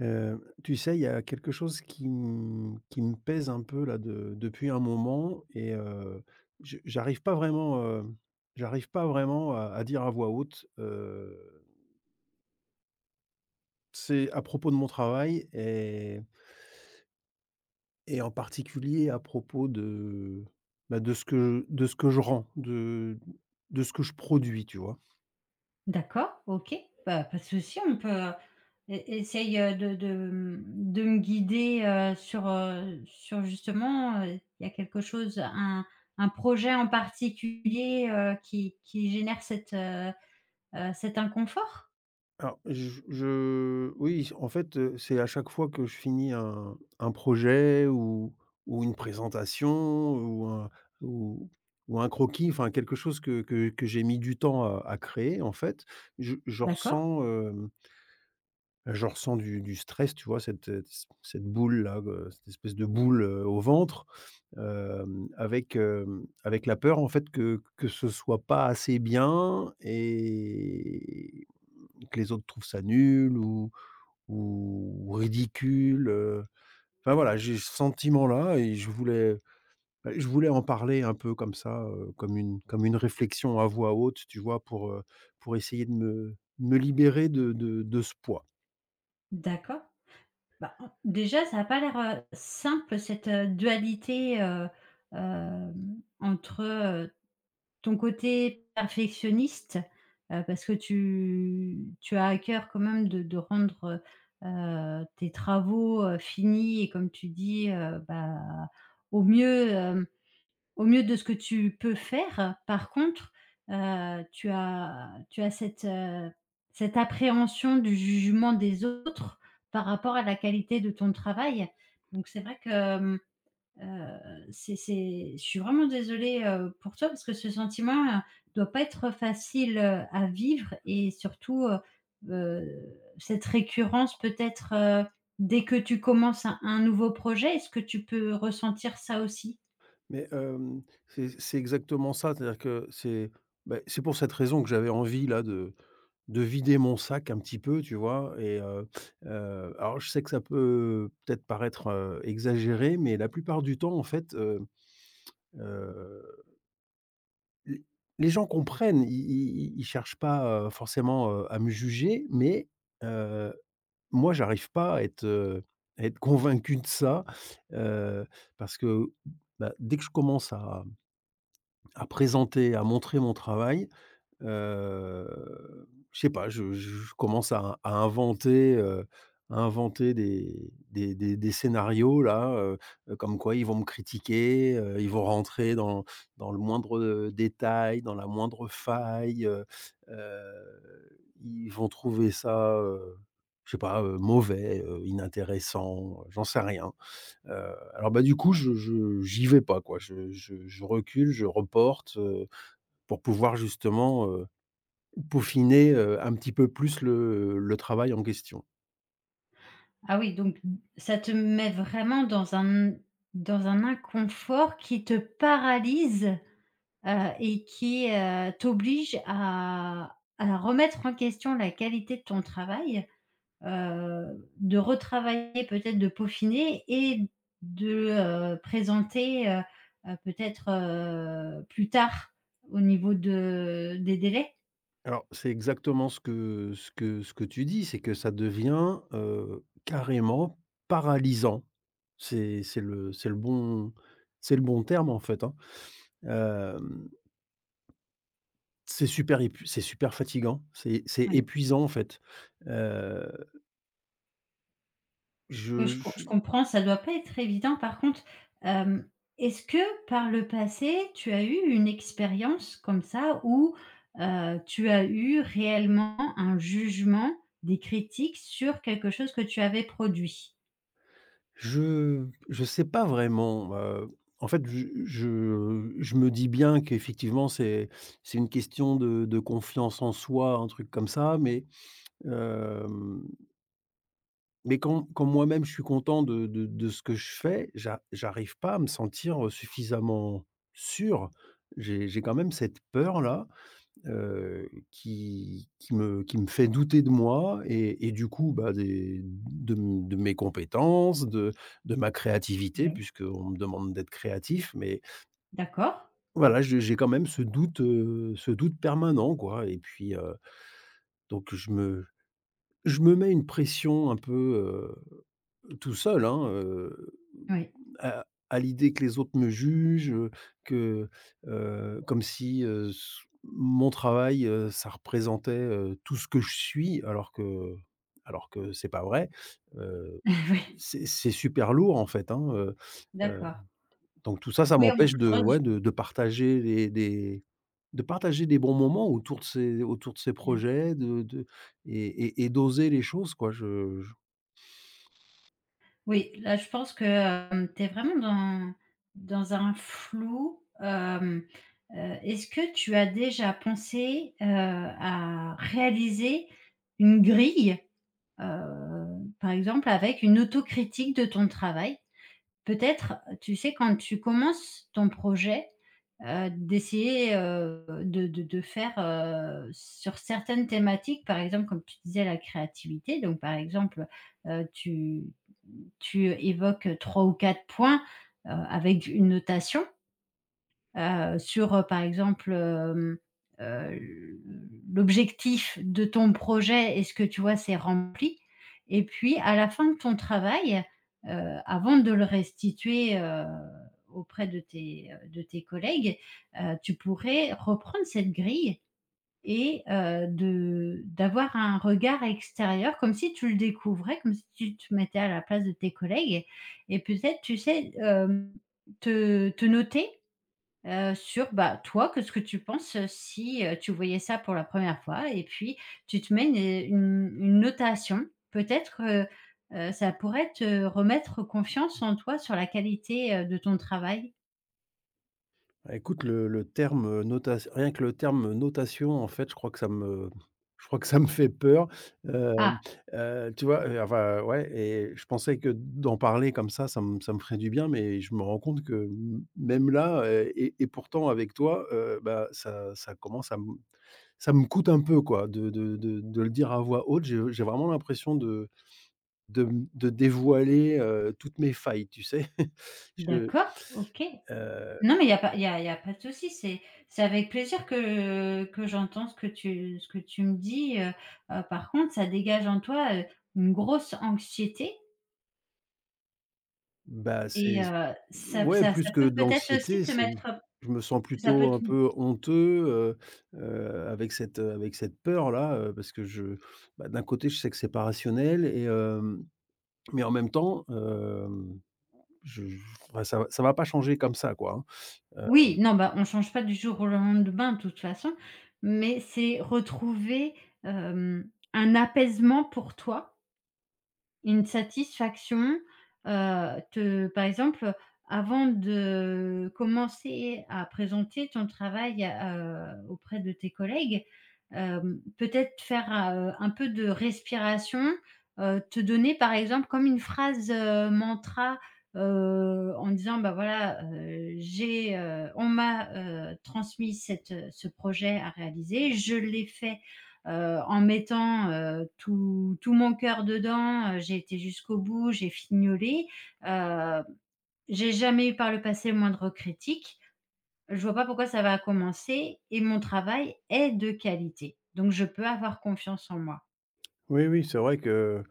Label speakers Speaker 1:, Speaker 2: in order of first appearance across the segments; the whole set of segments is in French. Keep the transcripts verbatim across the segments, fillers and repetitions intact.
Speaker 1: Heu, tu sais, il y a quelque chose qui me qui me pèse un peu là de depuis un moment et heu, je j'arrive pas vraiment, heu, j'arrive pas vraiment à à dire à voix haute, heu, c'est à propos de mon travail et et en particulier à propos de, bah, de ce que je, de ce que je rends, de de ce que je produis, tu vois?
Speaker 2: D'accord, OK. Bah, pas de souci, on peut, heu, é essaye, heu, de de, mmh, de me guider, heu, sur, heu, sur justement, heu, il y a quelque chose, un un projet en particulier, heu, qui qui génère cette, heu heu, cet inconfort?
Speaker 1: Alors je je oui, en fait, heu, c'est à chaque fois que je finis un un projet ou ou une présentation ou un ou ou un croquis, enfin quelque chose que que que j'ai mis du temps à à créer en fait, je je
Speaker 2: D'accord,
Speaker 1: ressens, hem Heu, je ressens du du stress, tu vois? Cette, heu, c cette boule-là, heu, cette espèce de boule, heu, au ventre, hem, avec, hem, avec la peur, en fait, que que ce soit pas assez bien et que les autres trouvent ça nul ou ou ridicule, heu, enfin, voilà, j'ai ce sentiment-là et je voulais bah, je voulais en parler un peu comme ça, heu, comme une comme une réflexion à voix haute, tu vois? Pour, heu, pour essayer de me me libérer de de de ce poids.
Speaker 2: d'accord. Bah, en déjà, ça a pas l'air, heu, simple cette, heu, dualité, heu, hem, entre, euh, ton côté perfectionniste, heu, parce que tu tu as à cœur quand même de de rendre, heu tes travaux, heu, finis et comme tu dis, heu, bah, au mieux, hem, au mieux de ce que tu peux faire. Par contre, heu, tu as tu as cette, heu, cette appréhension du jugement des autres par rapport à la qualité de ton travail. Donc c'est vrai que, euh, Heu, c'est c'est je suis vraiment désolée, heu, pour toi parce que ce sentiment, heu, doit pas être facile, heu, à vivre et surtout, heu heu, cette récurrence peut-être, heu, dès que tu commences un un nouveau projet, est-ce que tu peux ressentir ça aussi?
Speaker 1: Mais, hem, c'est c'est exactement ça, c'est-à-dire que c'est, beh, c'est pour cette raison que j'avais envie là de de vider mon sac un petit peu, tu vois? Et heu, heu, alors je sais que ça peut peut-être paraître, heu, exagéré, mais la plupart du temps en fait, heu, heu, les les gens comprennent, ils ils ils cherchent pas, heu, forcément, heu, à me juger, mais, heu, moi j'arrive pas à être, heu, à être convaincu de ça, heu, parce que, bah, dès que je commence à À présenter, à montrer mon travail, heu, je sais pas, je je je commence à à inventer, heu, à inventer des des des des scénarios là, heu heu, comme quoi ils vont me critiquer, heu, ils vont rentrer dans dans le moindre, détail, dans la moindre faille, heu heu, ils vont trouver ça, heu, je sais pas, heu, mauvais, heu, inintéressant, j'en sais rien. Heu, alors, bah, du coup, je je j'y vais pas, quoi. Je je je recule, je reporte, heu, pour pouvoir justement, heu, peaufiner, heu, un petit peu plus le le travail en question.
Speaker 2: Ah oui, donc ça te met vraiment dans un dans un inconfort qui te paralyse, heu et qui, heu, t'oblige à à remettre en question la qualité de ton travail? Heu, de retravailler peut-être, de peaufiner et de, heu, présenter, heu heu, peut-être, heu, plus tard au niveau de des délais?
Speaker 1: Alors, c'est exactement ce que ce que ce que tu dis, c'est que ça devient, heu, carrément paralysant. C'est c'est le c'est le bon c'est le bon terme, en fait, hein. Hem, c'est super épu c'est super fatigant, c'est c'est
Speaker 2: Ouais.
Speaker 1: épuisant, en fait. Heu,
Speaker 2: Ouais, je com je
Speaker 1: je
Speaker 2: comprends, ça doit pas être évident par contre. Hem, est-ce que par le passé, tu as eu une expérience comme ça où, heu, tu as eu réellement un jugement, des critiques sur quelque chose que tu avais produit?
Speaker 1: Je je sais pas vraiment, heu, en fait, je je je me dis bien qu'effectivement, c'est c'est une question de de confiance en soi, un truc comme ça, mais hem, mais quand quand moi-même, je suis content de de de ce que je fais, j'a j'arrive pas à me sentir suffisamment sûr. J'ai j'ai quand même cette peur-là, heu, qui qui me qui me fait douter de moi et et du coup, bah, des de m de mes compétences, de de ma créativité
Speaker 2: Ouais.
Speaker 1: puisqu'on me demande d'être créatif, mais
Speaker 2: D'accord.
Speaker 1: voilà, je j'ai quand même ce doute, heu, ce doute permanent, quoi et puis, heu, donc je me je me mets une pression un peu, euh, tout seul, hein, heu,
Speaker 2: Oui.
Speaker 1: à à l'idée que les autres me jugent, heu, que, heu, comme si, heu, s mon travail, heu, ça représentait, heu, tout ce que je suis alors que alors que c'est pas vrai, heu,
Speaker 2: Oui.
Speaker 1: c'est c'est super lourd en fait, hein, heu, heu,
Speaker 2: D'accord.
Speaker 1: donc tout ça, ça
Speaker 2: Oui, on je
Speaker 1: m'empêche de
Speaker 2: crois
Speaker 1: ouais, de de partager les des de partager des bons moments autour de ces autour de ces projets, de de et et et d'oser les choses quoi. Je
Speaker 2: oui, là, je pense que, hem, tu es vraiment dans dans un flou, hem, heu, est-ce que tu as déjà pensé, heu, à réaliser une grille, heu, par exemple avec une autocritique de ton travail? Peut-être, tu sais, quand tu commences ton projet, heu, d'essayer, heu, de de de faire, heu, sur certaines thématiques, par exemple, comme tu disais, la créativité, donc par exemple, heu, tu tu évoques trois ou quatre points, heu, avec une notation, heu, sur, euh, par exemple, hem, heu, l'objectif de ton projet, est-ce que tu vois, c'est rempli? Et puis à la fin de ton travail, heu, avant de le restituer, heu, auprès de tes, euh, de tes collègues, heu, tu pourrais reprendre cette grille et heu, de d'avoir un regard extérieur comme si tu le découvrais, comme si tu te mettais à la place de tes collègues et peut-être, tu sais, hem, te te noter, Heu, sur, bah, toi, que ce que tu penses, heu, si, heu, tu voyais ça pour la première fois et puis tu te mets une une une notation. Peut-être que, heu, ça pourrait te remettre confiance en toi sur la qualité, heu, de ton travail.
Speaker 1: Bah, écoute, le le terme, notation, rien que le terme, notation, en fait, je crois que ça me je crois que ça me fait peur.
Speaker 2: Ah,
Speaker 1: Hem, heu, Tu vois? Heu, enfin, ouais et je pensais que d'en parler comme ça, ça me ça me ferait du bien, mais je me rends compte que m même là, heu et et pourtant avec toi, heu, bah, ça ça commence à me ça me coûte un peu quoi de de de de le dire à voix haute. J'ai j'ai vraiment l'impression de de de dévoiler, heu, toutes mes failles, tu sais? Je
Speaker 2: d'accord, OK.
Speaker 1: heu
Speaker 2: Non, mais il y a pas il y a y a pas de souci, c'est c'est avec plaisir que que j'entends ce que tu ce que tu me dis, heu heu, par contre, ça dégage en toi, heu, une grosse anxiété
Speaker 1: Bah,
Speaker 2: et
Speaker 1: c'est
Speaker 2: heu, ça
Speaker 1: ouais,
Speaker 2: ça ça
Speaker 1: plus que
Speaker 2: peut
Speaker 1: de
Speaker 2: peut-être aussi
Speaker 1: l'anxiété,
Speaker 2: te
Speaker 1: c'est
Speaker 2: mettre
Speaker 1: je me sens
Speaker 2: ça peut
Speaker 1: plutôt
Speaker 2: te.
Speaker 1: un peu honteux, heu heu, avec cette, heu, avec cette peur-là, heu, parce que je bah, d'un côté, je sais que c'est pas rationnel et hem, mais en même temps, hem, je je enfin, ça va ça va pas changer comme ça, quoi, hein. Heu,
Speaker 2: Oui, non, bah, on change pas du jour au lendemain de toute façon, mais c'est retrouver, hem, un apaisement pour toi, une satisfaction, heu, te par exemple, avant de commencer à présenter ton travail, heu, auprès de tes collègues, hem, peut-être faire, heu, un peu de respiration, heu, te donner par exemple comme une phrase, heu, mantra, heu, en disant: «Bah, voilà, heu, j'ai, heu on m'a, heu, transmis cette, ce projet à réaliser, je l'ai fait, heu, en mettant, heu, tout tout mon cœur dedans, heu, j'ai été jusqu'au bout, j'ai fignolé, heu, j'ai jamais eu par le passé le moindre critique. Je vois pas pourquoi ça va commencer et mon travail est de qualité. Donc je peux avoir confiance en moi.»
Speaker 1: oui, oui, c'est vrai que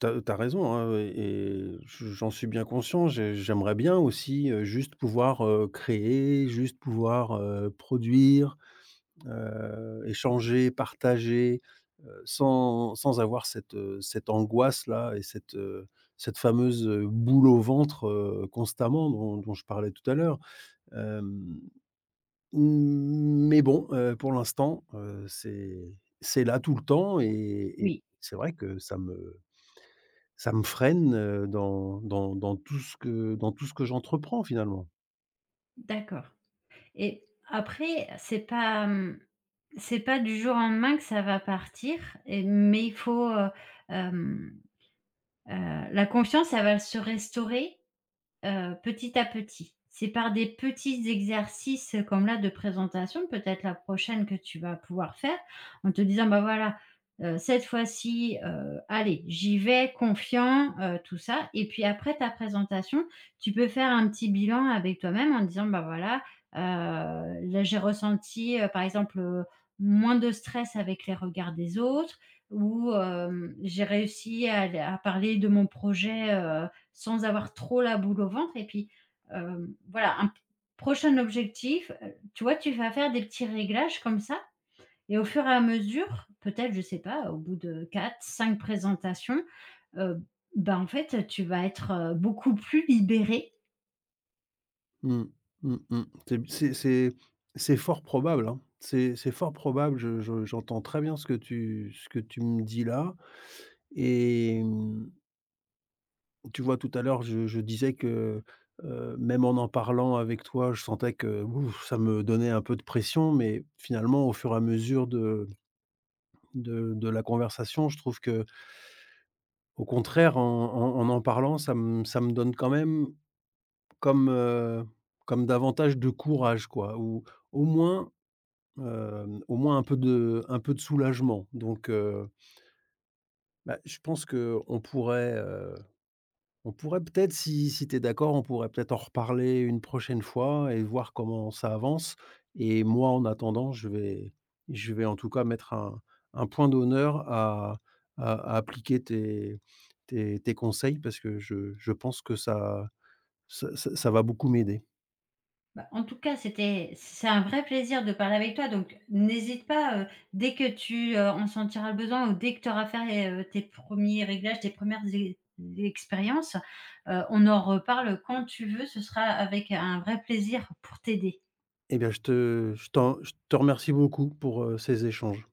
Speaker 1: tu as tu as raison, hein oui, et je j'en suis bien conscient. J'ai j'aimerais bien aussi, heu, juste pouvoir, heu, créer, juste pouvoir, heu, produire, heu, échanger, partager, heu, sans sans avoir cette, heu, cette angoisse-là et cette, heu, cette fameuse, heu, boule au ventre, heu, constamment dont dont je parlais tout à l'heure. Hem, mais bon, heu, pour l'instant, heu, c'est c'est là tout le temps et et
Speaker 2: Oui,
Speaker 1: c'est vrai que ça me ça me freine, heu, dans dans dans tout ce que dans tout ce que j'entreprends finalement.
Speaker 2: d'accord, et après c'est pas, mmh, c'est pas du jour au lendemain que ça va partir, et mais il faut, heu, hem, heu, la confiance, elle va se restaurer, Heu, petit à petit. C'est par des petits exercices, heu, comme là de présentation, peut-être la prochaine que tu vas pouvoir faire, en te disant: «Bah, voilà, heu, cette fois-ci, heu, allez, j'y vais confiant», heu, tout ça et puis après ta présentation, tu peux faire un petit bilan avec toi-même en disant: «Bah, voilà, heu, là j'ai ressenti, heu, par exemple, heu, moins de stress avec les regards des autres», ou, hem, «J'ai réussi à à parler de mon projet, heu» sans avoir trop la boule au ventre. Et puis, euh, voilà, un p- prochain objectif, heu, tu vois, tu vas faire des petits réglages comme ça et au fur et à mesure, peut-être, je sais pas, au bout de quatre cinq présentations, heu, bah, en fait, tu vas être, heu, beaucoup plus libéré.
Speaker 1: Mmh. Mmh mh. C'est c'est c'est c'est fort probable, hein. C'est c'est fort probable. Je je j'entends très bien ce que tu ce que tu me dis là et mmh, tu vois, tout à l'heure, je je disais que, heu, même en en parlant avec toi, je sentais que, ouf, ça me donnait un peu de pression, mais finalement, au fur et à mesure de de de la conversation, je trouve qu'au contraire, en en en en parlant, ça me ça me donne quand même comme, heu, comme davantage de courage, quoi, ou au moins Hem, au moins un peu de un peu de soulagement donc heu, bah, je pense qu'on pourrait, heu, on pourrait peut-être si si tu es d'accord, on pourrait peut-être en reparler une prochaine fois et voir comment ça avance et moi, en attendant, je vais je vais en tout cas mettre un un point d'honneur à à à appliquer tes tes tes conseils parce que je je pense que ça ça ça ça va beaucoup m'aider.
Speaker 2: Bah, en tout cas, c'était c'est un vrai plaisir de parler avec toi, donc n'hésite pas, heu, dès que tu, heu, en sentiras le besoin ou dès que tu auras fait, heu, tes premiers réglages, tes premières é expériences, heu, on en reparle quand tu veux, ce sera avec un vrai plaisir pour t'aider.
Speaker 1: Eh bien, je te je t'en je te remercie beaucoup pour, heu, ces échanges.